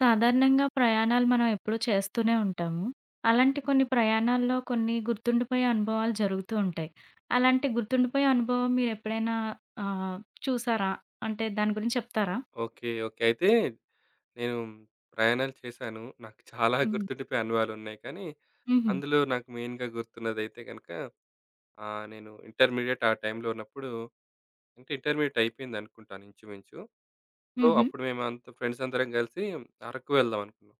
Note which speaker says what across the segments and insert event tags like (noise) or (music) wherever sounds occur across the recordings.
Speaker 1: సాధారణంగా ప్రయాణాలు మనం ఎప్పుడూ చేస్తూనే ఉంటాము. అలాంటి కొన్ని ప్రయాణాల్లో కొన్ని గుర్తుండిపోయే అనుభవాలు జరుగుతూ ఉంటాయి. అలాంటి గుర్తుండిపోయే అనుభవం మీరెప్పుడైనా ఆహ్, చూసారా? అంటే దాని గురించి చెప్తారా?
Speaker 2: ఓకే. అయితే నేను ప్రయాణాలు చేశాను. నాకు చాలా
Speaker 1: హ్మ్.
Speaker 2: గుర్తుండిపోయే అనుభవాలున్నాయి. కానీ
Speaker 1: హుహు.
Speaker 2: అందులో నాకు మెయిన్‌గా గుర్తున్నదైతే గనక నేను ఇంటర్మీడియేట్ ఆ టైంలో ఉన్నప్పుడు అంటే ఇంటర్మీడియేట్ అయిపోయిందనుకుంటాను ఇంచుమించు. సో,
Speaker 1: హుహు.
Speaker 2: అప్పుడు మేమంతా ఫ్రెండ్స్ అందరం కలిసి అరకు వెళ్దాం అనుకున్నాం.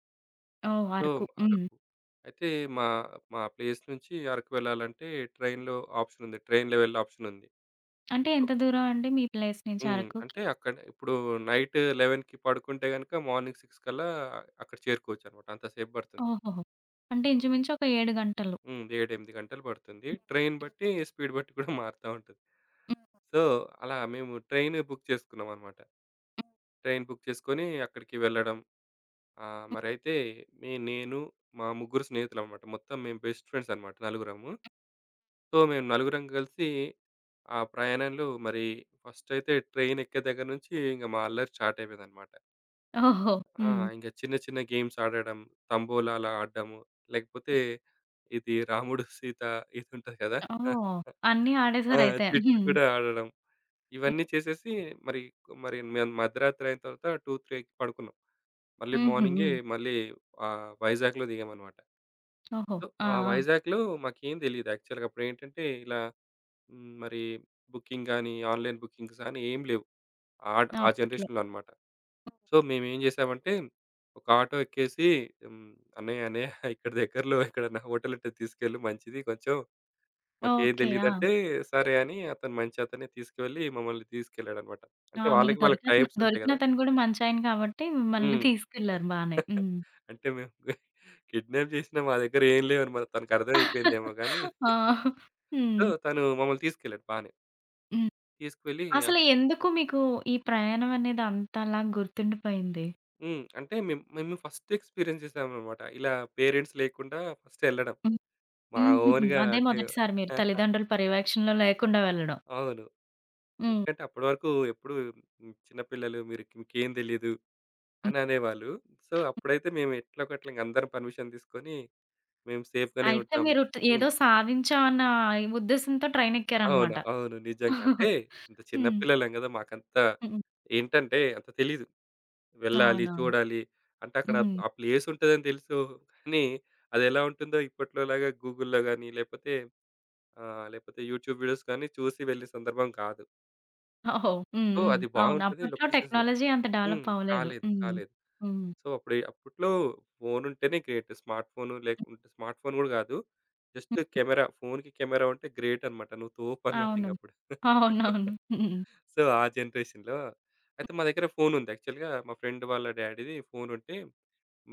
Speaker 1: ఓహ్!
Speaker 2: సో,
Speaker 1: అరకు. హ్మ్.
Speaker 2: అరకు. అయితే మా మా ప్లేస్ నుంచి అరకు వెళ్ళాలంటే ట్రైన్‌లో ఆప్షన్ ఉంది. ట్రైన్‌లో వెళ్ళే ఆప్షన్ ఉంది.
Speaker 1: అంటే
Speaker 2: సో
Speaker 1: ఎంత దూరం అండి మీ ప్లేస్ నుంచి
Speaker 2: అంటే
Speaker 1: అరకుకి?
Speaker 2: అక్కడ ఇప్పుడు నైట్ 11:00కి పడుకుంటే గనుక మార్నింగ్ 6 కల్లా అక్కడ చేరుకోవచ్చనమాట. అంతసేపు పడుతుంది.
Speaker 1: ఓహోహో! అంటే ఇంచుమించు ఒక 7 గంటలు.
Speaker 2: హ్మ్. 7, 8 గంటలు పడుతుంది.
Speaker 1: హ్మ్.
Speaker 2: ట్రైన్ బట్టి స్పీడ్ బట్టి కూడా మారుతా ఉంటది.
Speaker 1: హ్మ్.
Speaker 2: సో, అలా మేము ట్రైన్ బుక్ చేసుకున్నామనమాట. ట్రైన్ బుక్ చేసుకొని అక్కడికి వెళ్ళడం.
Speaker 1: హ్మ్.
Speaker 2: మరైతే నేను మా ముగ్గురు స్నేహితులనమాట. మొత్తం మేము బెస్ట్ ఫ్రెండ్స్ అనమాట నలుగురము. సో, మేము నలుగురం కలిసి ఆ ప్రయాణంలో మరి ఫస్టయితే ట్రైన్ ఎక్కే దగ్గర నుంచి ఇంక మా అల్లరి స్టార్ట్ అయిపోయిందనమాట.
Speaker 1: ఓహో!
Speaker 2: ఆ!
Speaker 1: హ్మ్.
Speaker 2: ఇంక చిన్న చిన్న గేమ్స్ ఆడడం. తంబోలా అలా ఆడడము. లేకపోతే ఇది రాముడు, (laughs) సీత ఇది ఉంటది కదా!
Speaker 1: ఓహ్! అన్నీ
Speaker 2: ఆ!
Speaker 1: ఆడేసారయితే.
Speaker 2: చిట్స్
Speaker 1: హ్మ్.
Speaker 2: కూడా ఆడడం.
Speaker 1: హ్మ్.
Speaker 2: ఇవన్నీ చేసేసి మరి, మరి మేము మధ్యరాత్రి అయిన తర్వాత 2, 3కి పడుకున్నాం. మళ్ళీ
Speaker 1: హుహు.
Speaker 2: మార్నింగే
Speaker 1: హ్మ్.
Speaker 2: మళ్ళీ వైజాగ్‌లో దిగామన్నమాట.
Speaker 1: ఓహో!
Speaker 2: సో,
Speaker 1: ఆ!
Speaker 2: ఆ వైజాగ్‌లో మాకేం తెలీదు యాక్చువల్‌గా అప్పుడేంటంటే ఇలా మరి బుకింగ్ గాని, ఆన్‌లైన్ బుకింగ్స్ గాని ఏం లేవు. ఆ
Speaker 1: ఆ!
Speaker 2: ఆ
Speaker 1: అప్పట్లో.
Speaker 2: జనరేషన్‌లో అన్నమాట. సో మేమేం జేసామంటే, ఒక ఆటో ఎక్కేసి హ్మ్. "అన్నయ్య అన్నయ్య ఇక్కడ దగ్గరలో ఎక్కడన్నా హోటల్ ఉంటే తీసుకెళ్ళు మంచిది కొంచెం. మాకేం
Speaker 1: ఓకే. ఆ!
Speaker 2: తెలీదంటే." సరే అని అతను మంచి అతనే తీసుకువెళ్ళి మమ్మల్ని తీసుకెళ్ళాడనమాట.
Speaker 1: ఆ!
Speaker 2: అంటే
Speaker 1: మీకు
Speaker 2: వాళ్ళకి వాళ్ళకి
Speaker 1: దొరికతను
Speaker 2: టైప్స్ ఉంటాయి గదా!
Speaker 1: దొరికినతను కూడా మంచాయన కాబట్టి మిమ్మల్ని
Speaker 2: హ్మ్.
Speaker 1: తీసుకెళ్లారు బానే.
Speaker 2: (laughs)
Speaker 1: హ్మ్.
Speaker 2: అంటే మేము (laughs) కిడ్నాప్ జేసినా మా దగ్గర ఏం లేవని మరి తనకర్థమైపోయిందేమో గానీ,
Speaker 1: ఆ!
Speaker 2: (laughs)
Speaker 1: హ్మ్.
Speaker 2: సో తను మమ్మల్ని తీసుకెళ్ళాడు బానే.
Speaker 1: హ్మ్.
Speaker 2: తీసుకువెళ్ళి
Speaker 1: అసలు ఎందుకు మీకు ఈ ప్రయాణం అనేది అంతలా గుర్తుండిపోయింది?
Speaker 2: హ్మ్. అంటే మేము మేము ఫస్ట్ ఎక్స్‌పీరియన్స్ చేసామనమాట. ఇలా పేరెంట్స్ లేకుండా ఫస్ట్ ఎళ్ళడం.
Speaker 1: హ్మ్.
Speaker 2: మా
Speaker 1: హుహుహు.
Speaker 2: ఓన్‌గా
Speaker 1: అదే
Speaker 2: అంటే
Speaker 1: మొదటిసారి మీరు
Speaker 2: (laughs)
Speaker 1: తల్లిదండ్రుల పర్యవేక్షణలో లేకుండా వెళ్ళడం.
Speaker 2: అవును.
Speaker 1: హ్మ్.
Speaker 2: ఎందుకంటే అప్పటి వరకు ఎప్పుడు చిన్న పిల్లలు మీరు మీకేం తెలీదు
Speaker 1: హ్మ్.
Speaker 2: అని అనేవాళ్ళు. సో, అప్పుడైతే మేము ఎట్లో గట్ల ఇంక అందరం పర్మిషన్ తీసుకొని మేము సేఫ్‌గానే
Speaker 1: అయితే
Speaker 2: ఉంటాం.
Speaker 1: మీరు
Speaker 2: హ్మ్.
Speaker 1: ఏదో సాధించామన్న ఉద్దేశంతో
Speaker 2: అవును.
Speaker 1: ట్రైనెక్కారనమాట.
Speaker 2: అవును. నిజంగా. అంటే ఇంత చిన్న
Speaker 1: హ్మ్.
Speaker 2: పిల్లలం గదా! మాకంత
Speaker 1: హ్మ్.
Speaker 2: ఏంటంటే అంత తెలీదు. వెళ్ళాలి,
Speaker 1: అవునవును.
Speaker 2: చూడాలి. అంటే అక్కడ
Speaker 1: హ్మ్.
Speaker 2: ఆ ప్లేస్ ఉంటదని తెలుసు. కానీ అదెలా ఉంటుందో ఇప్పట్లో లాగా గూగుల్‌లో గాని లేపోతే లేపోతే యూట్యూబ్ వీడియోస్ గాని చూసి వెళ్ళే సందర్భం కాదు.
Speaker 1: ఓహో! హ్మ్.
Speaker 2: సో,
Speaker 1: హ్మ్.
Speaker 2: అది
Speaker 1: అవును.
Speaker 2: బాగుంటది.
Speaker 1: అప్పట్లో
Speaker 2: లొకేషన్స్
Speaker 1: టెక్నాలజీ అంత
Speaker 2: హ్మ్.
Speaker 1: డెవలప్ అవ్వలేదు.
Speaker 2: కాలేదు.
Speaker 1: హ్మ్.
Speaker 2: కాలేదు.
Speaker 1: హ్మ్.
Speaker 2: సో, అప్పుడు అప్పట్లో ఫోనుంటేనే గ్రేట్. స్మార్ట్ ఫోను లేకుంటే స్మార్ట్ ఫోన్ గూడా గాదు. జస్ట్
Speaker 1: హ్మ్.
Speaker 2: కెమెరా ఫోనుకి కెమెరా ఉంటే గ్రేట్ అనమాట. నువ్వు తోపనమాట
Speaker 1: అవును.
Speaker 2: ఇంగప్పుడు. (laughs)
Speaker 1: అవునవును. హ్మ్.
Speaker 2: సో, ఆ జనరేషన్‌లో అయితే మా దగ్గర ఫోనుంది. యాక్చువల్‌గా మా ఫ్రెండ్ వాళ్ళ డ్యాడీది ఫోనుంటే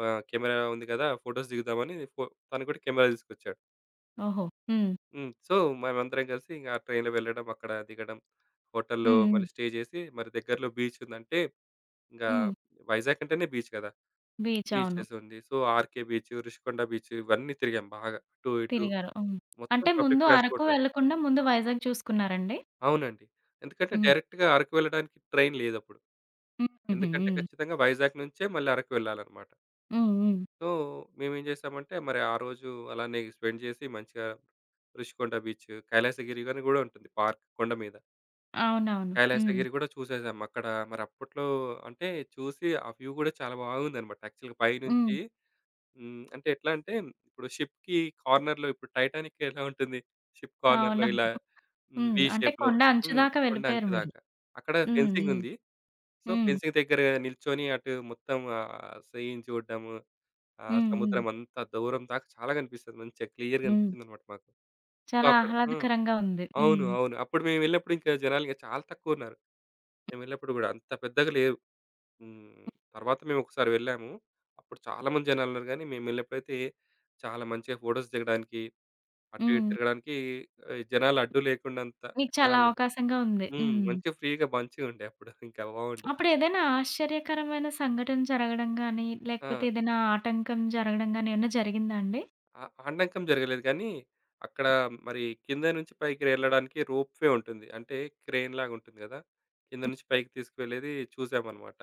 Speaker 2: మా కెమెరా ఉంది గదా! ఫోటోస్ దిగుదామని ఫో తను కూడా కెమెరా తీసుకొచ్చాడు.
Speaker 1: ఓహో! హ్మ్.
Speaker 2: హ్మ్. సో, మేమందరం కలిసి ఇంగ ఆ ట్రైన్‌లో వెళ్ళడం, అక్కడ దిగడం, హోటల్‌లో
Speaker 1: హ్మ్. హ్మ్.
Speaker 2: మళ్ళీ స్టే చేసి మరి దగ్గరలో బీచ్ ఉందంటే, ఇంగా
Speaker 1: హ్మ్.
Speaker 2: వైజాగ్ అంటేనే బీచ్ గదా!
Speaker 1: బీచ్ అవును.
Speaker 2: బీచెస్ ఉంది. So, 'RK beach', 'Rishikonda beach' ఇవన్నీ తిరిగాం బాగా. అటు ఇటు
Speaker 1: తిరిగారు. హ్మ్.
Speaker 2: మొత్తం
Speaker 1: అంటే
Speaker 2: పబ్లిక్
Speaker 1: ముందు అరకు
Speaker 2: ట్రాన్స్‌పోర్ట్ లేదు.
Speaker 1: వెళ్ళకుండా ముందు వైజాగ్ చూసుకున్నారండి?
Speaker 2: అవునండి. ఎందుకంటే
Speaker 1: హ్మ్.
Speaker 2: డైరెక్ట్‌గా అరకు వెళ్ళడానికి ట్రైన్ లేదప్పుడు.
Speaker 1: హ్మ్. హుహు.
Speaker 2: ఎందుకంటే
Speaker 1: హ్మ్.
Speaker 2: ఖచ్చితంగా వైజాగ్ నుంచే మళ్ళీ అరకు వెళ్ళాలన్నమాట.
Speaker 1: హ్మ్. హ్మ్.
Speaker 2: సో, మేమేం చేసామంటే మరి ఆ రోజు అలానే స్పెండ్ చేసి మంచిగా 'రిషికొండ బీచ్', 'కైలాసగిరి' అని కూడా ఉంటుంది పార్క్ కొండ మీద.
Speaker 1: అవునవును. హ్మ్.
Speaker 2: 'కైలాసగిరి' కూడా చూసేసాం అక్కడ. మరి అప్పట్లో అంటే చూసి ఆ వ్యూ కూడా చాలా బాగుందన్నమాట. యాక్చువల్‌గా
Speaker 1: హ్మ్.
Speaker 2: పైనుంచి హ్మ్. అంటే ఎట్లా అంటే ఇప్పుడు షిప్‌కి కార్నర్‌లో ఇప్పుడు 'టైటానిక్' ఎలా ఉంటుంది? షిప్ కార్నర్‌లో ఇలా
Speaker 1: అవునవును.
Speaker 2: హ్మ్.
Speaker 1: హ్మ్.
Speaker 2: వి
Speaker 1: అంటే
Speaker 2: షేప్‌లో
Speaker 1: కొండ అంచు
Speaker 2: హ్మ్.
Speaker 1: దాకా
Speaker 2: కొండ
Speaker 1: వెళ్ళిపోయారు
Speaker 2: అంచు
Speaker 1: మీరు.
Speaker 2: దాకా. అక్కడ
Speaker 1: హ్మ్.
Speaker 2: ఫెన్సింగ్
Speaker 1: హ్మ్.
Speaker 2: ఉంది. సో,
Speaker 1: హ్మ్.
Speaker 2: ఫెన్సింగ్ దగ్గర నిల్చొని అటు మొత్తం సీన్ చూడడము, ఆ
Speaker 1: హ్మ్. హ్మ్.
Speaker 2: సముద్రం అంతా దూరం దాకా చాలా కనిపిస్తది. మంచిగా క్లియర్‌గా
Speaker 1: హ్మ్.
Speaker 2: అనిపించిందనమాట మాకు. సో,
Speaker 1: చాలా
Speaker 2: అక్కడ హ్మ్.
Speaker 1: ఆహ్లాదకరంగా ఉంది.
Speaker 2: అవును.
Speaker 1: హ్మ్.
Speaker 2: అవును. అప్పుడు మేము వెళ్ళినప్పుడు ఇంకా జనాలు ఇంకా చాలా తక్కువ ఉన్నారు. మేము వెళ్ళినప్పుడు గూడా అంత పెద్దగా లేరు. హ్మ్. తర్వాత మేమొకసారి వెళ్ళాము. అప్పుడు చాలా మంది జనాలున్నారు గానీ, మేము వెళ్ళినప్పుడైతే చాలా మంచిగా ఫోటోస్ దిగడానికి, అటు ఇటు
Speaker 1: హ్మ్.
Speaker 2: తిరగడానికి జనాలు అడ్డు లేకుండంత
Speaker 1: మీకు చాలా
Speaker 2: జనాలుండే.
Speaker 1: అవకాశంగా ఉంది.
Speaker 2: హ్మ్.
Speaker 1: హ్మ్.
Speaker 2: మంచిగా ఫ్రీగా మంచిగుండే అప్పుడు. ఇంకా బావుండే.
Speaker 1: అప్పుడేదైనా ఆశ్చర్యకరమైన సంఘటన జరగడం గాని,
Speaker 2: ఆ!
Speaker 1: లేకపోతే ఏదైనా ఆటంకం జరగడం గాని ఏమన్నా జరిగిందా అండి?
Speaker 2: ఆ ఆటంకం జరగలేదు కానీ, అక్కడ మరి కింద నుంచి పైకి వెళ్ళడానికి రోప్‌వే ఉంటుంది. అంటే క్రేన్‌లాగా ఉంటుంది గదా! కింద నుంచి పైకి తీసుకువెళ్ళేది చూసామన్నమాట.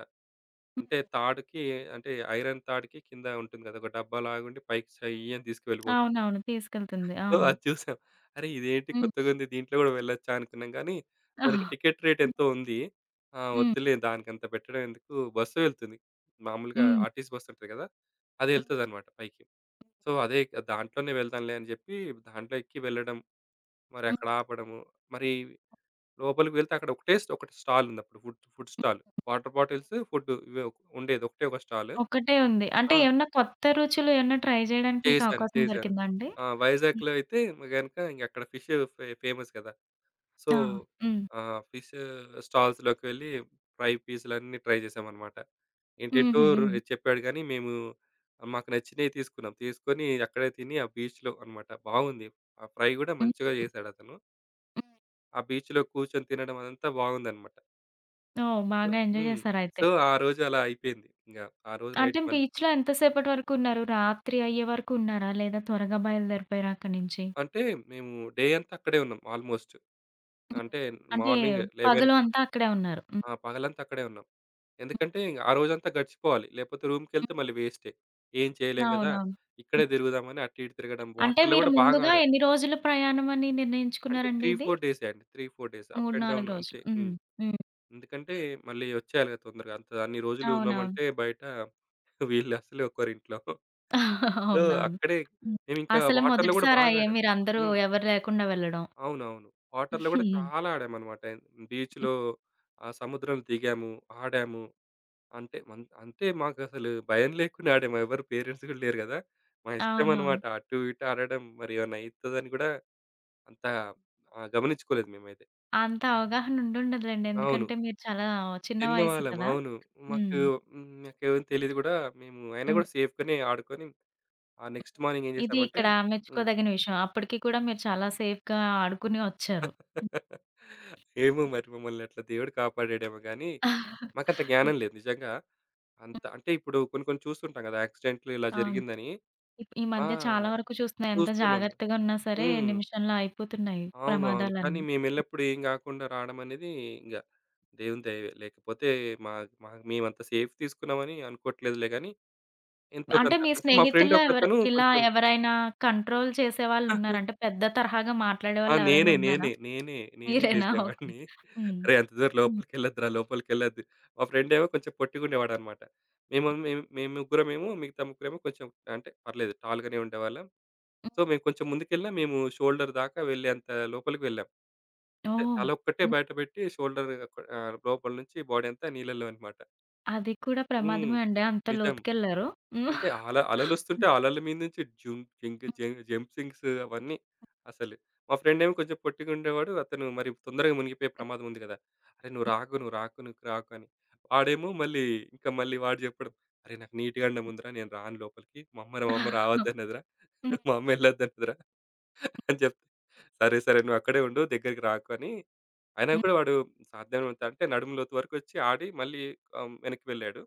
Speaker 1: హ్మ్.
Speaker 2: అంటే తాడుకి అంటే ఐరన్ తాడుకి కింద ఉంటుంది గదా! ఒక డబ్బాలాగుండి పైకి చెయ్యని తీసుకువెళ్ళిపోతుంది.
Speaker 1: అవునవును. తీసుకెళ్తుంది.
Speaker 2: సో,
Speaker 1: అవును.
Speaker 2: అది చూసాం. అరే! ఇదేంటి
Speaker 1: హ్మ్.
Speaker 2: కొత్తగుంది దీంట్లో గూడా వెళ్ళొచ్చా అనుకున్నాం గానీ,
Speaker 1: హ్మ్.
Speaker 2: దానికి టికెట్ రేట్ ఎంతో ఉంది. ఆ!
Speaker 1: హ్మ్.
Speaker 2: వద్దులే దానికంత పెట్టడం ఎందుకు బస్సు వెళ్తుంది. మామూలుగా ఆర్‌టీసీ బస్ ఉంటది గదా! అది
Speaker 1: హ్మ్.
Speaker 2: ఎళ్తదనమాట పైకి. సో, అదే దాంట్లోనే వెళ్దాంలే అని జెప్పి దాంట్లో ఎక్కి వెళ్ళడం, మరి
Speaker 1: హ్మ్.
Speaker 2: అక్కడ ఆపడము, మరి లోపలికి వెళ్తే అక్కడ ఒకటే స్ ఒకటి స్టాల్ ఉంది అప్పుడు ఫుడ్ ఫుడ్
Speaker 1: హ్మ్.
Speaker 2: స్టాల్. వాటర్ బాటిల్స్, ఫుడ్ ఇవే ఒక- ఉండేది. ఒకటే ఒక స్టాల్.
Speaker 1: ఒక్కటే ఉంది. అంటే
Speaker 2: ఆ!
Speaker 1: ఏమన్నా కొత్త రుచులు ఏమన్నా ట్రై చేయడానికి మీకు
Speaker 2: చేశాను.
Speaker 1: అవకాశం
Speaker 2: చేశాను.
Speaker 1: దొరికిందా అండి?
Speaker 2: ఆ!
Speaker 1: హ్మ్.
Speaker 2: వైజాగ్‌లో అయితే గనక ఇంగక్కడ ఫిష్ ఫే ఫేమస్ గదా! సో
Speaker 1: ఆ! హ్మ్.
Speaker 2: ఫిష్ స్టాల్స్‌లోకి వెళ్ళి ఫ్రై పీసులన్నీ ట్రై చేసామన్నమాట. ఏంటేంటో
Speaker 1: హుహు.
Speaker 2: రు
Speaker 1: హ్మ్.
Speaker 2: చెప్పాడు గానీ, మేము మాకు నచ్చినయి తీసుకున్నాం. తీసుకొని అక్కడే తిని ఆ బీచ్‌లో అన్నమాట. బాగుంది. ఆ ఫ్రై గూడా
Speaker 1: హ్మ్.
Speaker 2: మంచిగా చేసాడతను.
Speaker 1: హ్మ్.
Speaker 2: ఆ బీచ్‌లో కూర్చొని తినడం అదంతా బాగుందన్నమాట.
Speaker 1: ఓహ్!
Speaker 2: సో
Speaker 1: బాగా ఎంజాయ్
Speaker 2: హ్మ్.
Speaker 1: చేశారయితే.
Speaker 2: సో, ఆ రోజు అలా అయిపోయింది. ఇంగ ఆ రోజు నైట్
Speaker 1: అంటే
Speaker 2: మళ్ళీ
Speaker 1: బీచ్‌లో ఎంత సేపటి వరకు ఉన్నారు? రాత్రి అయ్యే వరకు ఉన్నారా? లేదా త్వరగా బయలుదేరిపోయారా అక్కడి నుంచి?
Speaker 2: అంటే మేము డే అంతా అక్కడే ఉన్నాం ఆల్‌మోస్ట్.
Speaker 1: హ్మ్.
Speaker 2: అంటే
Speaker 1: అంటే
Speaker 2: మార్నింగ్ 11
Speaker 1: పగలు అంతా అక్కడే ఉన్నారు. హ్మ్.
Speaker 2: ఆ! పగలంతా అక్కడే ఉన్నాం. ఎందుకంటే ఇంక ఆ రోజంతా గడిచిపోవాలి. లేకపోతే
Speaker 1: హ్మ్.
Speaker 2: రూమ్‌కెళ్తే మళ్ళీ వేస్టే. ఏం చేయలేం గదా!
Speaker 1: అవునవును.
Speaker 2: ఇక్కడే
Speaker 1: హ్మ్.
Speaker 2: తిరుగుదామని అటు ఇటు తిరగడం.
Speaker 1: అంటే
Speaker 2: వాటర్‌లో
Speaker 1: మీరు
Speaker 2: గూడా బాగా
Speaker 1: ముందుగా
Speaker 2: ఆడాం.
Speaker 1: ఎన్ని రోజుల ప్రయాణం అని
Speaker 2: అంటే 3,
Speaker 1: నిర్ణయించుకున్నారండి ఇది?
Speaker 2: 4 డేసే అండి. 3, 4 డేస్ అప్
Speaker 1: 3,
Speaker 2: అండ్ డౌన్
Speaker 1: 4
Speaker 2: అంతే.
Speaker 1: రోజులు. హ్మ్.
Speaker 2: హ్మ్.
Speaker 1: హ్మ్.
Speaker 2: ఎందుకంటే మళ్ళీ వచ్చేయాలి కదా! తొందరగా. అంత అన్ని రోజులు
Speaker 1: అవునవును.
Speaker 2: ఉన్నామంటే బయట (laughs) వీళ్ళు అసలు ఒకరింట్లో.
Speaker 1: (laughs)
Speaker 2: సో,
Speaker 1: అవునవును.
Speaker 2: అక్కడే
Speaker 1: హ్మ్.
Speaker 2: మేమింకా
Speaker 1: అసలు
Speaker 2: వాటర్‌లో గూడా బాగా
Speaker 1: మొదటిసారయ్యే
Speaker 2: ఆడాం.
Speaker 1: మీరందరూ
Speaker 2: హ్మ్.
Speaker 1: ఎవరు లేకుండా వెళ్ళడం.
Speaker 2: అవునవును. వాటర్‌లో గూడా
Speaker 1: హ్మ్.
Speaker 2: చాలా ఆడామనమాట. బీచ్‌లో
Speaker 1: హ్మ్.
Speaker 2: ఆ సముద్రంలో దిగాము, ఆడాము. అంటే మన్ అంటే మాకసలు భయం లేకుండా ఆడాం. ఎవరు పేరెంట్స్ గూడా లేరు గదా! మా
Speaker 1: అవునవును.
Speaker 2: ఇష్టమనమాట. అటు ఇటు ఆడడం మరి ఏమన్నా అయితదని గూడా అంత గమనించుకోలేదు మేమైతే.
Speaker 1: అంత అవగాహన ఉండుండదులెండి.
Speaker 2: అవును.
Speaker 1: ఎందుకంటే మీరు చాలా చిన్న వయసు
Speaker 2: చిన్నవాళ్ళం.
Speaker 1: కదా!
Speaker 2: అవును.
Speaker 1: హ్మ్.
Speaker 2: మాకు హ్మ్. మాకేం తెలీదు గూడా. మేము అయినా
Speaker 1: హ్మ్.
Speaker 2: గూడా సేఫ్‌గానే ఆడుకొని ఆ నెక్స్ట్ మార్నింగ్ ఏం
Speaker 1: ఇది
Speaker 2: జేసామంటే
Speaker 1: ఇక్కడ
Speaker 2: హ్మ్.
Speaker 1: మెచ్చుకోదగిన విషయం. అప్పటికి కూడా మీరు చాలా సేఫ్‌గా ఆడుకుని వచ్చారు.
Speaker 2: (laughs) ఏమో మరి మమ్మల్ని అట్లా దేవుడు కాపాడాడేమో గానీ, మాకంత
Speaker 1: (laughs) హ్మ్.
Speaker 2: జ్ఞానం లేదు నిజంగా. అంత అంటే ఇప్పుడు కొన్ని కొన్ని చూస్తుంటాం గదా! యాక్సిడెంట్లు ఇలా
Speaker 1: అవును.
Speaker 2: జరిగిందని.
Speaker 1: ఈ
Speaker 2: ఆ!
Speaker 1: మధ్య చాలా వరకు చూస్తున్నా ఎంత
Speaker 2: చూస్తున్నాం.
Speaker 1: జాగ్రత్తగా ఉన్నా సరే
Speaker 2: హ్మ్.
Speaker 1: నిమిషంలో అయిపోతున్నాయి
Speaker 2: అవును. అవును. కానీ
Speaker 1: ప్రమాదాలన్నీ.
Speaker 2: మేమెళ్ళప్పుడు ఏం గాకుండా రాడమనేది ఇంగ దేవుని దయవే. లేకపోతే మా మా మేమంత సేఫ్ తీసుకున్నామని అనుకోవట్లేదులే గానీ, ఎంతో
Speaker 1: అంటే
Speaker 2: కొంత
Speaker 1: మీ
Speaker 2: అంటే మా ఫ్రెండ్
Speaker 1: స్నేహితుల్లో ఎవరు
Speaker 2: ఒకతను
Speaker 1: ఇలా
Speaker 2: కొంచెం
Speaker 1: ఎవరైనా కంట్రోల్ చేసేవాళ్ళున్నారా? అంటే
Speaker 2: (laughs)
Speaker 1: పెద్ద తరహాగా
Speaker 2: ఆ!
Speaker 1: మాట్లాడేవాళ్ళు ఎవరైనా
Speaker 2: నేనే.
Speaker 1: ఉన్నారా?
Speaker 2: నేనే. నేనే. నేనే
Speaker 1: మీరేనా? ఓకే.
Speaker 2: జేసేవాడిని.
Speaker 1: హ్మ్.
Speaker 2: "అరేయ్! అంత దూరం
Speaker 1: హ్మ్.
Speaker 2: లోపలికెళ్ళొద్దురా, లోపలికెళ్ళొద్దు." మా ఫ్రెండేమో కొంచెం పొట్టిగుండేవాడనమాట. మేము మేము మేము ముగ్గురమేమో మిగతా ముగ్గురేమో కొంచెం అంటే పర్లేదు టాల్‌గానే ఉండేవాళ్ళం.
Speaker 1: హ్మ్.
Speaker 2: సో, మేము కొంచెం ముందుకెళ్ళినా మేము షోల్డర్ దాకా వెళ్ళేంత లోపలికి వెళ్ళాం. అంటే
Speaker 1: ఓహ్!
Speaker 2: తలొక్కటే
Speaker 1: హ్మ్.
Speaker 2: బయట పెట్టి షోల్డర్ అక్ లోపల నుంచి బాడీ అంతా నీళ్ళలో అన్నమాట.
Speaker 1: అది కూడా
Speaker 2: హ్మ్.
Speaker 1: ప్రమాదమే అండి. అంత
Speaker 2: నిజం.
Speaker 1: లోతుకెళ్లారు. హ్మ్.
Speaker 2: అంతే అల అలలొస్తుంటే అలల మీద నుంచి జుం జింక్ జం జంప్సింగ్స్ అవన్నీ అసలు. మా ఫ్రెండేమో కొంచెం పొట్టిగా ఉండేవాడు. అతను మరి తొందరగా మునిగిపోయే ప్రమాదం ఉంది గదా! "అరే! నువ్వు రాకు, నువ్వు రాకు, నువ్వు రాకు" అని. వాడేమో మళ్ళీ ఇంకా మళ్ళీ వాడు చెప్పడం, "అరే! నాకు నీట్‌గా అండం ఉందిరా. నేను రాను లోపలికి. మా అమ్మ రావద్దన్నదిరా.
Speaker 1: హ్మ్.
Speaker 2: మా అమ్మ ఎళ్ళొద్దన్నదిరా" అని చెప్తే, "సరే, సరే నువ్వు అక్కడే ఉండు దగ్గరికి రాకు" అని అయినా
Speaker 1: హ్మ్.
Speaker 2: కూడా వాడు సాధ్యమైనంత అంటే నడుము లోతు వరకు వచ్చి ఆడి మళ్ళీ వెనక్కి వెళ్ళాడు.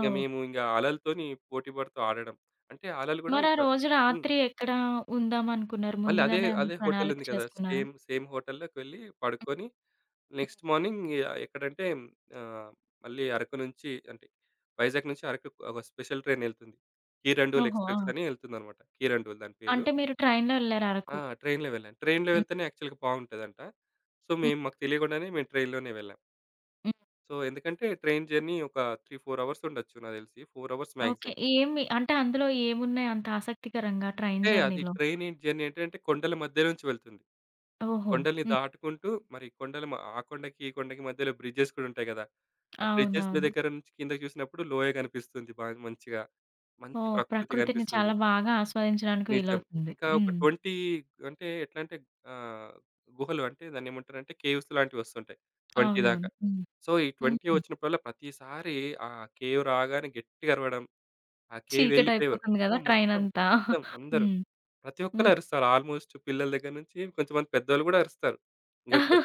Speaker 2: ఇక మేము ఇంగ అలలతోని పోటీ పడుతూ ఆడడం. అంటే అలలు గూడా
Speaker 1: మరి ఆ
Speaker 2: ఇట్లా
Speaker 1: రోజు
Speaker 2: హ్మ్.
Speaker 1: రాత్రి ఎక్కడ ఉందామనుకున్నారు?
Speaker 2: మళ్ళీ అదే
Speaker 1: ముందుగానే
Speaker 2: అదే
Speaker 1: ఏమన్నా
Speaker 2: హోటల్
Speaker 1: ప్రణాళిక
Speaker 2: ఉంది కదా!
Speaker 1: చేసుకున్నారా?
Speaker 2: సేమ్ సేమ్ హోటల్‌లోకి వెళ్లి పడుకొని
Speaker 1: ఉమ్.
Speaker 2: నెక్స్ట్ మార్నింగ్ ఎక్కడంటే ఆహ్, మళ్ళీ అరకు నుంచి అంటే వైజాగ్ నుంచి అరకు ఒక స్పెషల్ ట్రైన్ ఎళ్తుంది. కీరండూల్
Speaker 1: ఓహో! ఆ!
Speaker 2: ఎక్స్‌ప్రెస్ అని ఎళ్తుందనమాట. కీరండూల్ దాని పేరు.
Speaker 1: అంటే మీరు ట్రైన్‌లో వెళ్లారు
Speaker 2: ఆ!
Speaker 1: అరకు.
Speaker 2: ట్రైన్‌లో వెళ్ళాను. ట్రైన్‌లో
Speaker 1: హ్మ్.
Speaker 2: వెళ్తేనే యాక్చువల్‌గా బావుంటదంట. సో,
Speaker 1: హ్మ్.
Speaker 2: మేము మాకు తెలియకుండానే మేము ట్రైన్‌లోనే వెళ్ళాం.
Speaker 1: హ్మ్.
Speaker 2: సో, ఎందుకంటే ట్రైన్ జర్నీ ఒక 3, 4 అవర్స్ ఉండొచ్చు నాకు తెలిసి. 4 అవర్స్
Speaker 1: ఓకే.
Speaker 2: మాక్సిమం.
Speaker 1: ఏమి అంటే అందులో ఏమున్నాయి అంత ఆసక్తికరంగా ట్రైన్
Speaker 2: అంటే అది
Speaker 1: జర్నీలో?
Speaker 2: ట్రైన్ జర్నీ ఏంటంటే కొండల మధ్య నుంచి వెళ్తుంది.
Speaker 1: ఓహో!
Speaker 2: కొండల్ని
Speaker 1: హ్మ్.
Speaker 2: దాటుకుంటూ మరి కొండల మ ఆ కొండకి, ఈ కొండకి మధ్యలో బ్రిడ్జెస్ కూడా ఉంటాయి కదా! ఆ బ్రిడ్జెస్
Speaker 1: అవునవును.
Speaker 2: దగ్గర నుంచి కిందకి చూసినప్పుడు లోయ కనిపిస్తుంది బా మంచిగా. మంచి
Speaker 1: ఓహ్!
Speaker 2: ప్రకృతి
Speaker 1: ప్రకృతిని
Speaker 2: కనిపిస్తుంది.
Speaker 1: చాలా బాగా ఆస్వాదించడానికి
Speaker 2: నిజం.
Speaker 1: వీలవుతుంది.
Speaker 2: ఇంకా ఒక
Speaker 1: హ్మ్.
Speaker 2: 20 అంటే ఎట్లా అంటే ఆహ్, గుహలు అంటే దాన్ని ఏమంటారంటే కేవ్స్ లాంటివి వస్తుంటాయి. 20
Speaker 1: అవునవును.
Speaker 2: దాకా.
Speaker 1: హ్మ్.
Speaker 2: సో, ఈ 20
Speaker 1: హుహు.
Speaker 2: వచ్చినప్పుడల్లా ప్రతిసారి ఆ కేవ్ రాగానే గట్టిగా అరవడం. ఆ కేవ్ వెళ్ళిపోయేవారు.
Speaker 1: చీకటయిపోతుంది
Speaker 2: ఆ!
Speaker 1: గదా!
Speaker 2: మొత్తం,
Speaker 1: ట్రైనంతా.
Speaker 2: మొత్తం అందరూ.
Speaker 1: హ్మ్.
Speaker 2: ప్రతి ఒక్కళ్ళు
Speaker 1: హ్మ్.
Speaker 2: అరుస్తారు. ఆల్‌మోస్ట్ పిల్లల దగ్గర నుంచి కొంతమంది పెద్దోళ్ళు గూడా అరుస్తారు. ఇంక పెద్ద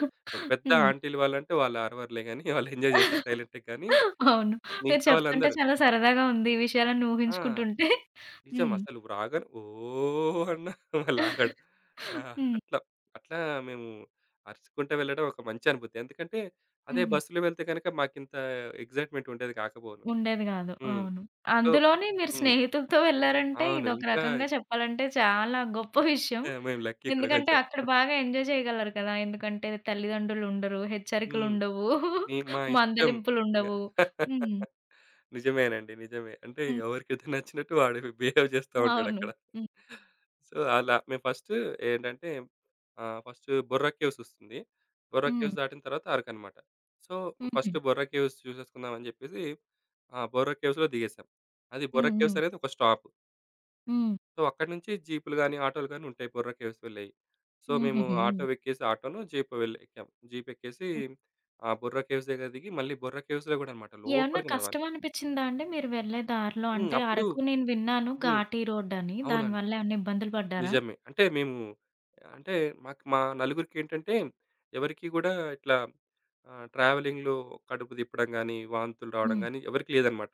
Speaker 2: పెద్ద
Speaker 1: హ్మ్.
Speaker 2: ఆంటీలు వాళ్ళంటే వాళ్ళు అరవరులే గానీ, (laughs) వాళ్ళు ఎంజాయ్ చేస్తారు సైలెంట్‌గా కానీ,
Speaker 1: అవును. మీరు
Speaker 2: మిగతా
Speaker 1: చెప్తుంటే
Speaker 2: వాళ్ళందరూ
Speaker 1: చాలా సరదాగా ఉంది. ఈ విషయాలన్నీ
Speaker 2: ఆ!
Speaker 1: ఊహించుకుంటుంటే.
Speaker 2: నిజం
Speaker 1: హ్మ్.
Speaker 2: అసలు రాగానే ఓహ్! అన్న (laughs) వాళ్ళాగడు. ఆ!
Speaker 1: హ్మ్.
Speaker 2: అట్లా. అట్లా మేము అరుచుకుంటా వెళ్ళడం ఒక మంచి అనుభూతి. ఎందుకంటే, అదే
Speaker 1: హుహు.
Speaker 2: బస్సులో వెళ్తే గనక మాకింత ఎక్సైట్‌మెంట్ ఉండేది కాకపోవును.
Speaker 1: ఉండేది గాదు.
Speaker 2: హ్మ్.
Speaker 1: అవును.
Speaker 2: సో
Speaker 1: అందులోని మీరు
Speaker 2: హ్మ్.
Speaker 1: స్నేహితులతో వెళ్లారంటే
Speaker 2: అవును.
Speaker 1: ఇదొక
Speaker 2: ఇంకా
Speaker 1: రకంగా చెప్పాలంటే చాలా గొప్ప విషయం.
Speaker 2: ఇంకా మేము లక్కీ కూడా
Speaker 1: ఎందుకంటే
Speaker 2: కొంచెం.
Speaker 1: అక్కడ బాగా ఎంజాయ్ చేయగలరు కదా! ఎందుకంటే తల్లిదండ్రులు ఉండరు,
Speaker 2: హ్మ్.
Speaker 1: హెచ్చరికలుండవు,
Speaker 2: నీ మా ఇష్టం. ఇంగ.
Speaker 1: మందలింపులుండవు. హ్మ్.
Speaker 2: (laughs) నిజమేనండి. నిజమే. అంటే
Speaker 1: హ్మ్. (laughs)
Speaker 2: ఎవరికైతే నచ్చినట్టు వాడు (laughs) బిహేవ్ చేస్తా
Speaker 1: అవును.
Speaker 2: ఉంటాడక్కడ.
Speaker 1: హ్మ్.
Speaker 2: సో, అలా మేము ఫస్ట్ ఏంటంటే ఫస్ట్ బొర్రా కేవ్స్ ఒస్తుంది. బొర్రా
Speaker 1: హ్మ్.
Speaker 2: కేవ్స్ దాటిన తర్వాత అరకనమాట. సో,
Speaker 1: హుహు.
Speaker 2: ఫస్ట్ బొర్రా కేవ్స్ చూసేసుకుందాం అని చెప్పేసి బొర్రా కేవ్స్‌లో దిగేసాం. అది బొర్రా
Speaker 1: హ్మ్.
Speaker 2: కేవ్స్
Speaker 1: హ్మ్.
Speaker 2: అనేది ఒక స్టాప్.
Speaker 1: హ్మ్.
Speaker 2: సో, అక్కడి నుంచి జీపులు గాని, ఆటోలు గాని ఉంటాయి. బొర్రా కేవ్స్ వెళ్ళేయి. సో, మేము
Speaker 1: హుహుహు.
Speaker 2: ఆటో ఎక్కేసి ఆటోను జీప్ వెళ్ ఎక్కాం. జీప్ ఎక్కేసి
Speaker 1: హ్మ్.
Speaker 2: ఆ బొర్రా కేవ్స్ దగ్గర దిగి మళ్ళీ బొర్రా కేవ్స్‌లో గూడా అనమాట
Speaker 1: ఏమన్నా
Speaker 2: లోపలికి నడవాలి.
Speaker 1: కష్టం అనిపిచ్చిందా అండి మీరు వెళ్ళే దారిలో?
Speaker 2: హ్మ్.
Speaker 1: అంటే
Speaker 2: అప్పుడు
Speaker 1: అరకు నేను విన్నాను
Speaker 2: హ్మ్.
Speaker 1: ఘాటీ రోడ్ అని.
Speaker 2: అవునండి.
Speaker 1: దానివల్ల ఏమన్నా ఇబ్బందులు పడ్డారా?
Speaker 2: నిజమే. అంటే మేము అంటే మాకు మా నలుగురికేంటంటే ఎవరికీ గూడా ఇట్లా ట్రావెలింగ్‌లో కడుపు తిప్పడం గాని, వాంతులు రావడం
Speaker 1: హ్మ్.
Speaker 2: గాని ఎవరికీ లేదనమాట.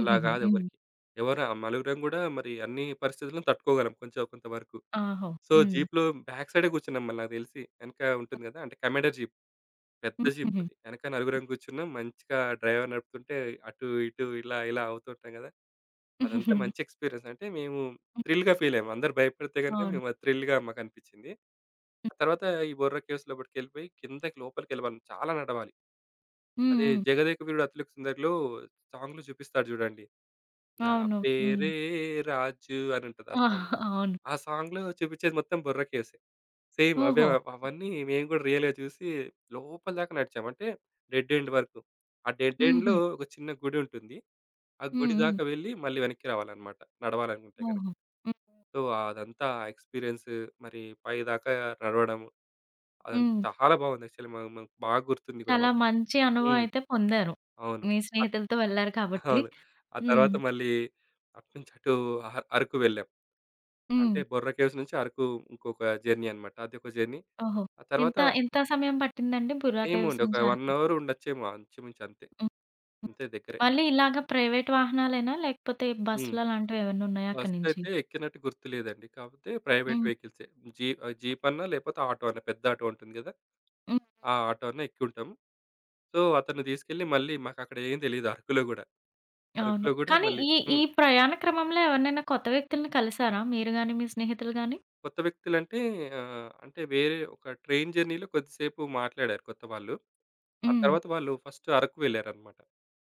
Speaker 2: అలా గాదు
Speaker 1: హ్మ్.
Speaker 2: ఎవరికీ. ఎవరు ఆ నలుగురం గూడా మరి అన్ని పరిస్థితులను తట్టుకోగలం కొంచెం కొంతవరకు.
Speaker 1: ఆహో!
Speaker 2: సో,
Speaker 1: హ్మ్.
Speaker 2: జీప్‌లో బ్యాక్ సైడే కూర్చున్నాం మళ్ళీ నాకు తెలిసి. వెనక ఉంటుంది కదా! అంటే కమాండర్ జీప్. పెద్ద జీప్
Speaker 1: హుహుహు.
Speaker 2: అది. వెనక నలుగురం కూర్చున్నాం. మంచిగా డ్రైవర్ నడుపుతుంటే అటు, ఇటు, ఇలా, ఇలా అవుతూ ఉంటాం కదా! అదంతా మంచి ఎక్స్‌పీరియన్స్. అంటే మేము థ్రిల్‌గా ఫీల్ అయ్యాం. అందరూ భయపడితే గనుక
Speaker 1: అవును.
Speaker 2: మేము అది థ్రిల్‌గా మాకనిపించింది.
Speaker 1: హ్మ్.
Speaker 2: ఆ తర్వాత ఈ బొర్రా కేవ్స్ లోపటికెళ్ళిపోయి కిందకి లోపలికెళ్ళమని చాలా నడవాలి. అదే
Speaker 1: హ్మ్.
Speaker 2: 'జగదేక వీరుడు అతిలోక సుందరి'లో సాంగ్‌లో చూపిస్తాడు చూడండి. నా
Speaker 1: అవును. హ్మ్.
Speaker 2: పేరే రాజు అని ఉంటది ఆ
Speaker 1: ఆ!
Speaker 2: సాంగ్.
Speaker 1: అవును.
Speaker 2: ఆ సాంగ్‌లో చూపించేది మొత్తం బొర్రా కేవ్సే. సేమ్ అవే
Speaker 1: ఓహో!
Speaker 2: అవ్ అవన్నీ మేము గూడా రియల్‌గా చూసి లోపల దాకా నడిచాం. అంటే డెడ్ ఎండ్ వరకు. ఆ డెడ్
Speaker 1: హుహు.
Speaker 2: ఎండ్‌లో ఒక చిన్న గుడి ఉంటుంది. ఆ
Speaker 1: హ్మ్.
Speaker 2: గుడి
Speaker 1: హ్మ్.
Speaker 2: దాకా వెళ్ళి మళ్ళీ వెనక్కి రావాలన్నమాట. నడవాలనుకుంటే గనక.
Speaker 1: ఓహో! హ్మ్.
Speaker 2: సో, అదంతా ఎక్స్‌పీరియన్స్ మరి పైదాకా నడవడం అదంతా
Speaker 1: హ్మ్.
Speaker 2: చాలా బాగుంది. యాక్చువల్లీ మాకు బాగా గుర్తుంది కూడా
Speaker 1: చాలా
Speaker 2: మాకు.
Speaker 1: మంచి అనుభవం
Speaker 2: హ్మ్.
Speaker 1: అయితే పొందారు.
Speaker 2: అవును.
Speaker 1: మీ
Speaker 2: అత్
Speaker 1: స్నేహితులతో వెళ్లారు కాబట్టి.
Speaker 2: అవును. ఆ
Speaker 1: హ్మ్.
Speaker 2: తర్వాత మళ్ళీ అటునుంచి అటు అహ అరకు వెళ్ళాం.
Speaker 1: హ్మ్.
Speaker 2: అంటే బొర్రా కేవ్స్ నుంచి అరకు ఇంకొక జర్నీ అన్నమాట. అదొక జర్నీ.
Speaker 1: ఓహో!
Speaker 2: ఆ తర్వాత
Speaker 1: ఎంత ఎంత సమయం పట్టిందండి బుర్రా
Speaker 2: ఏమో
Speaker 1: కేవ్స్
Speaker 2: అండి. ఒక
Speaker 1: నుంచి
Speaker 2: 1
Speaker 1: అరకుకి?
Speaker 2: అవర్ ఉండొచ్చేమో అంచుమించు అంతే.
Speaker 1: హ్మ్. హ్మ్.
Speaker 2: అంతే దగ్గరే.
Speaker 1: మళ్ళీ ఇలాగ ప్రైవేట్ వాహనాలేనా? లేకపోతే
Speaker 2: హ్మ్.
Speaker 1: బస్సులలాంటివి ఏమన్నా ఉన్నాయా అక్కడి నుంచి?
Speaker 2: బస్సయితే ఎక్కినట్టు గుర్తులేదండి. కాపోతే ప్రైవేట్
Speaker 1: హ్మ్.
Speaker 2: వెహికల్సే. జీ జీపన్నా లేపోతే ఆటో అన్నా పెద్ద ఆటో ఉంటుంది గదా!
Speaker 1: హ్మ్.
Speaker 2: ఆ ఆటో అన్నా ఎక్కింటాం. సో, అతను తీసుకెళ్ళి మళ్ళీ మాకక్కడ ఏం తెలీదు అరకులో గూడా.
Speaker 1: అవును.
Speaker 2: అరకులో గూడా
Speaker 1: కానీ
Speaker 2: మళ్ళీ
Speaker 1: ఈ ఈ
Speaker 2: హ్మ్.
Speaker 1: ప్రయాణ క్రమంలో ఎవరినైనా కొత్త వ్యక్తుల్ని కలిసారా? మీరు గాని, మీ స్నేహితులు గాని?
Speaker 2: కొత్త వ్యక్తులంటే అంటే వేరే ఒక ట్రైన్ జర్నీలో కొద్దిసేపు మాట్లాడారు కొత్త వాళ్ళు. ఆ
Speaker 1: హ్మ్.
Speaker 2: తర్వాత వాళ్ళు ఫస్ట్ అరకు వెళ్ళారన్నమాట.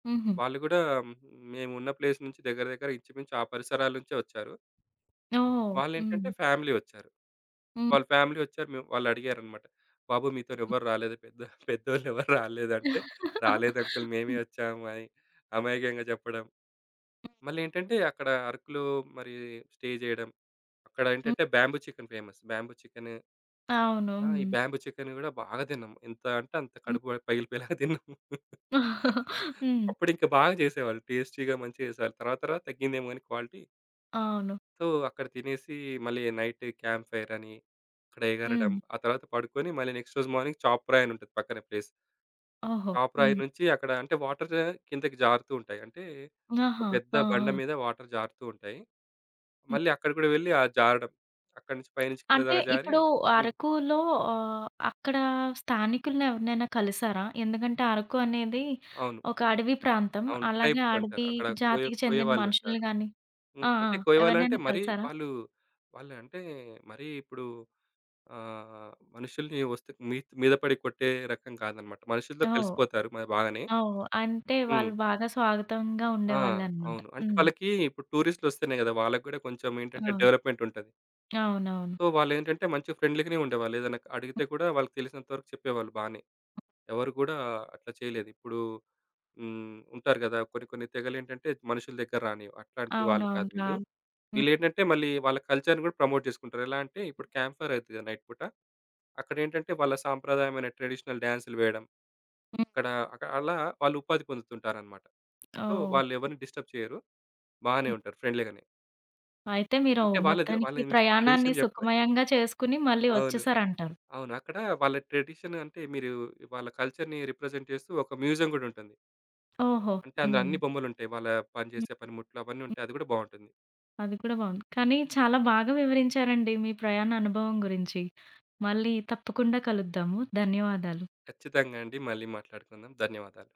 Speaker 1: హుహు.
Speaker 2: వాళ్ళు గూడా మేము ఉన్న ప్లేస్ నుంచి దగ్గర దగ్గర ఇంచుమించు ఆ పరిసరాల నుంచే వచ్చారు.
Speaker 1: ఓహ్!
Speaker 2: వాళ్ళేంటంటే
Speaker 1: హ్మ్.
Speaker 2: ఫ్యామిలీ వచ్చారు.
Speaker 1: హ్మ్.
Speaker 2: వాళ్ళ ఫ్యామిలీ వచ్చారు. మేము వాళ్ళడిగారనమాట. "బాబు మీతోని ఎవ్వరు రాలేదు. పెద్ద (laughs) పెద్దోళ్ళెవరు రాలేదంటే, "రాలేదు అంకుల్ మేమే
Speaker 1: హ్మ్.
Speaker 2: వచ్చాము" అని అమాయకంగా చెప్పడం. మళ్ళేంటంటే అక్కడ అరకులో మరి స్టే జేయడం. అక్కడ
Speaker 1: హ్మ్.
Speaker 2: ఏంటంటే bamboo chicken famous. Bamboo chicken
Speaker 1: అవును.
Speaker 2: ఆ! ఈ
Speaker 1: హ్మ్.
Speaker 2: బ్యాంబూ చికెన్ గూడా బాగా తిన్నాం. ఎంత అంటే అంత
Speaker 1: హ్మ్.
Speaker 2: కడుపు పగిలిపోయేలాగా తిన్నాం.
Speaker 1: (laughs) హ్మ్.
Speaker 2: అప్పుడింక బాగా జేసేవాళ్ళు. టేస్టీగా మంచిగా జేసేవాళ్ళు. తర్వాత తర్వాత తగ్గిందేమో గాని క్వాలిటీ.
Speaker 1: అవును.
Speaker 2: సో, అక్కడ తినేసి మళ్ళీ నైట్ క్యాంప్ ఫైర్ అని అక్కడ ఎగరడం.
Speaker 1: హ్మ్.
Speaker 2: ఆ తర్వాత పడుకొని మళ్ళీ నెక్స్ట్ రోజు మార్నింగ్ చాప్రాయి అని ఉంటది పక్కనే ప్లేస్.
Speaker 1: ఓహో!
Speaker 2: చాప్రాయి
Speaker 1: హ్మ్.
Speaker 2: నుంచి అక్కడ అంటే వాటర్ కిందకి జారుతూ ఉంటాయి. అంటే ఒక
Speaker 1: ఆహా!
Speaker 2: పెద్ద
Speaker 1: ఆ!
Speaker 2: బండ మీద వాటర్ జారుతూ ఉంటాయి.
Speaker 1: ఆ!
Speaker 2: మళ్ళీ అక్కడ కూడా వెళ్లి ఆ జారడం. అక్కడి నుంచి పైనుంచి కింద
Speaker 1: అంటే
Speaker 2: దాకా జారి
Speaker 1: ఇప్పుడు
Speaker 2: హ్మ్.
Speaker 1: అరకులో ఆహ్, అక్కడ స్థానికుల్ని ఎవరినైనా కలిసారా? ఎందుకంటే అరకు అనేది
Speaker 2: అవును.
Speaker 1: ఒక అడవి ప్రాంతం.
Speaker 2: అవును.
Speaker 1: అలాగే
Speaker 2: ట్రైబ్స్ అంటారు.
Speaker 1: అడవి
Speaker 2: అక్కడ కోయ
Speaker 1: జాతికి
Speaker 2: కోయ
Speaker 1: చెందిన మనుషుల్ని
Speaker 2: వాళ్ళుంటారు.
Speaker 1: గాని
Speaker 2: హ్మ్.
Speaker 1: ఆ! ఆ!
Speaker 2: అంటే కోయ వాళ్ళంటే
Speaker 1: ఎవరినైనా
Speaker 2: మరీ
Speaker 1: కలిసారా?
Speaker 2: వాళ్ళు వాళ్ళంటే మరీ ఇప్పుడు ఆహ్, మనుషుల్ని వస్తే మీ మీద పడి కొట్టే రకం కాదన్నమాట. మనుషులతో
Speaker 1: ఓహ్!
Speaker 2: కలిసిపోతారు మరి బాగానే.
Speaker 1: ఓహ్! అంటే
Speaker 2: హ్మ్.
Speaker 1: వాళ్ళు బాగా స్వాగతంగా
Speaker 2: ఆ!
Speaker 1: ఉండేవాళ్ళనమాట.
Speaker 2: అవును. అంటే
Speaker 1: హ్మ్.
Speaker 2: వాళ్ళకి ఇప్పుడు టూరిస్ట్‌లొస్తేనే గదా! వాళ్ళకి గూడా కొంచెం ఏంటంటే
Speaker 1: అవును.
Speaker 2: డెవలప్‌మెంట్ ఉంటది.
Speaker 1: అవునవును.
Speaker 2: సో, వాళ్ళేంటంటే మంచి ఫ్రెండ్లీగానే ఉండేవాళ్ళు. ఏదైనా అడిగితే కూడా వాళ్ళకి తెలిసినంత వరకు చెప్పేవాళ్ళు బానే. ఎవరు గూడా అట్లా చేయలేదు. ఇప్పుడు హ్మ్. ఉంటారు గదా! కొన్ని కొన్ని తెగలేంటంటే మనుషుల దగ్గర రానివ్వు. అట్లాంటి వాళ్ళు కాదు
Speaker 1: అవునవును.
Speaker 2: వీళ్ళు.
Speaker 1: రాను. హ్మ్.
Speaker 2: వీళ్ళేంటంటే మళ్ళీ వాళ్ళ కల్చర్‌ని గూడా ప్రమోట్ చేసుకుంటారు. ఎలా అంటే ఇప్పుడు క్యాంప్ ఫైర్ అయితది కదా! నైట్ పూట. అక్కడేంటంటే వాళ్ళ సాంప్రదాయమైన ట్రెడిషనల్ డాన్సులు వేయడం.
Speaker 1: హ్మ్.
Speaker 2: అక్కడ అక అలా వాళ్ళు ఉపాధి పొందుతుంటారనమాట. సో,
Speaker 1: ఓహ్!
Speaker 2: వాళ్ళెవరిని డిస్టర్బ్ చేయరు. బానే
Speaker 1: హ్మ్.
Speaker 2: ఉంటారు ఫ్రెండ్లీగానే.
Speaker 1: అయితే మీరు
Speaker 2: అంటే వాళ్ళది
Speaker 1: మొత్తానికి
Speaker 2: వాళ్ళది మీకు
Speaker 1: ప్రయాణాన్ని
Speaker 2: ట్రెడిషన్ చెప్పలే.
Speaker 1: సుఖమయంగా చేసుకొని మళ్ళీ
Speaker 2: అవును.
Speaker 1: వచ్చేసారంటారు.
Speaker 2: అవును. అక్కడ వాళ్ళ ట్రెడిషన్ అంటే మీరు వాళ్ళ కల్చర్‌ని రిప్రజెంట్ చేస్తూ ఒక మ్యూజియం గూడా ఉంటుంది.
Speaker 1: ఓహో!
Speaker 2: అంటే అందులో
Speaker 1: హ్మ్.
Speaker 2: అన్ని బొమ్మలుంటాయి. వాళ్ళ పని
Speaker 1: హ్మ్.
Speaker 2: చేసే పనిముట్లు అవన్నీ ఉంటాయి. అది గూడా బావుంటుంది.
Speaker 1: అది కూడా బావుంది. కానీ చాలా బాగా వివరించారండి మీ ప్రయాణ అనుభవం గురించి. మళ్ళీ తప్పకుండా కలుద్దాము. ధన్యవాదాలు.
Speaker 2: ఖచ్చితంగా అండి. మళ్ళీ మాట్లాడుకుందాం. ధన్యవాదాలు.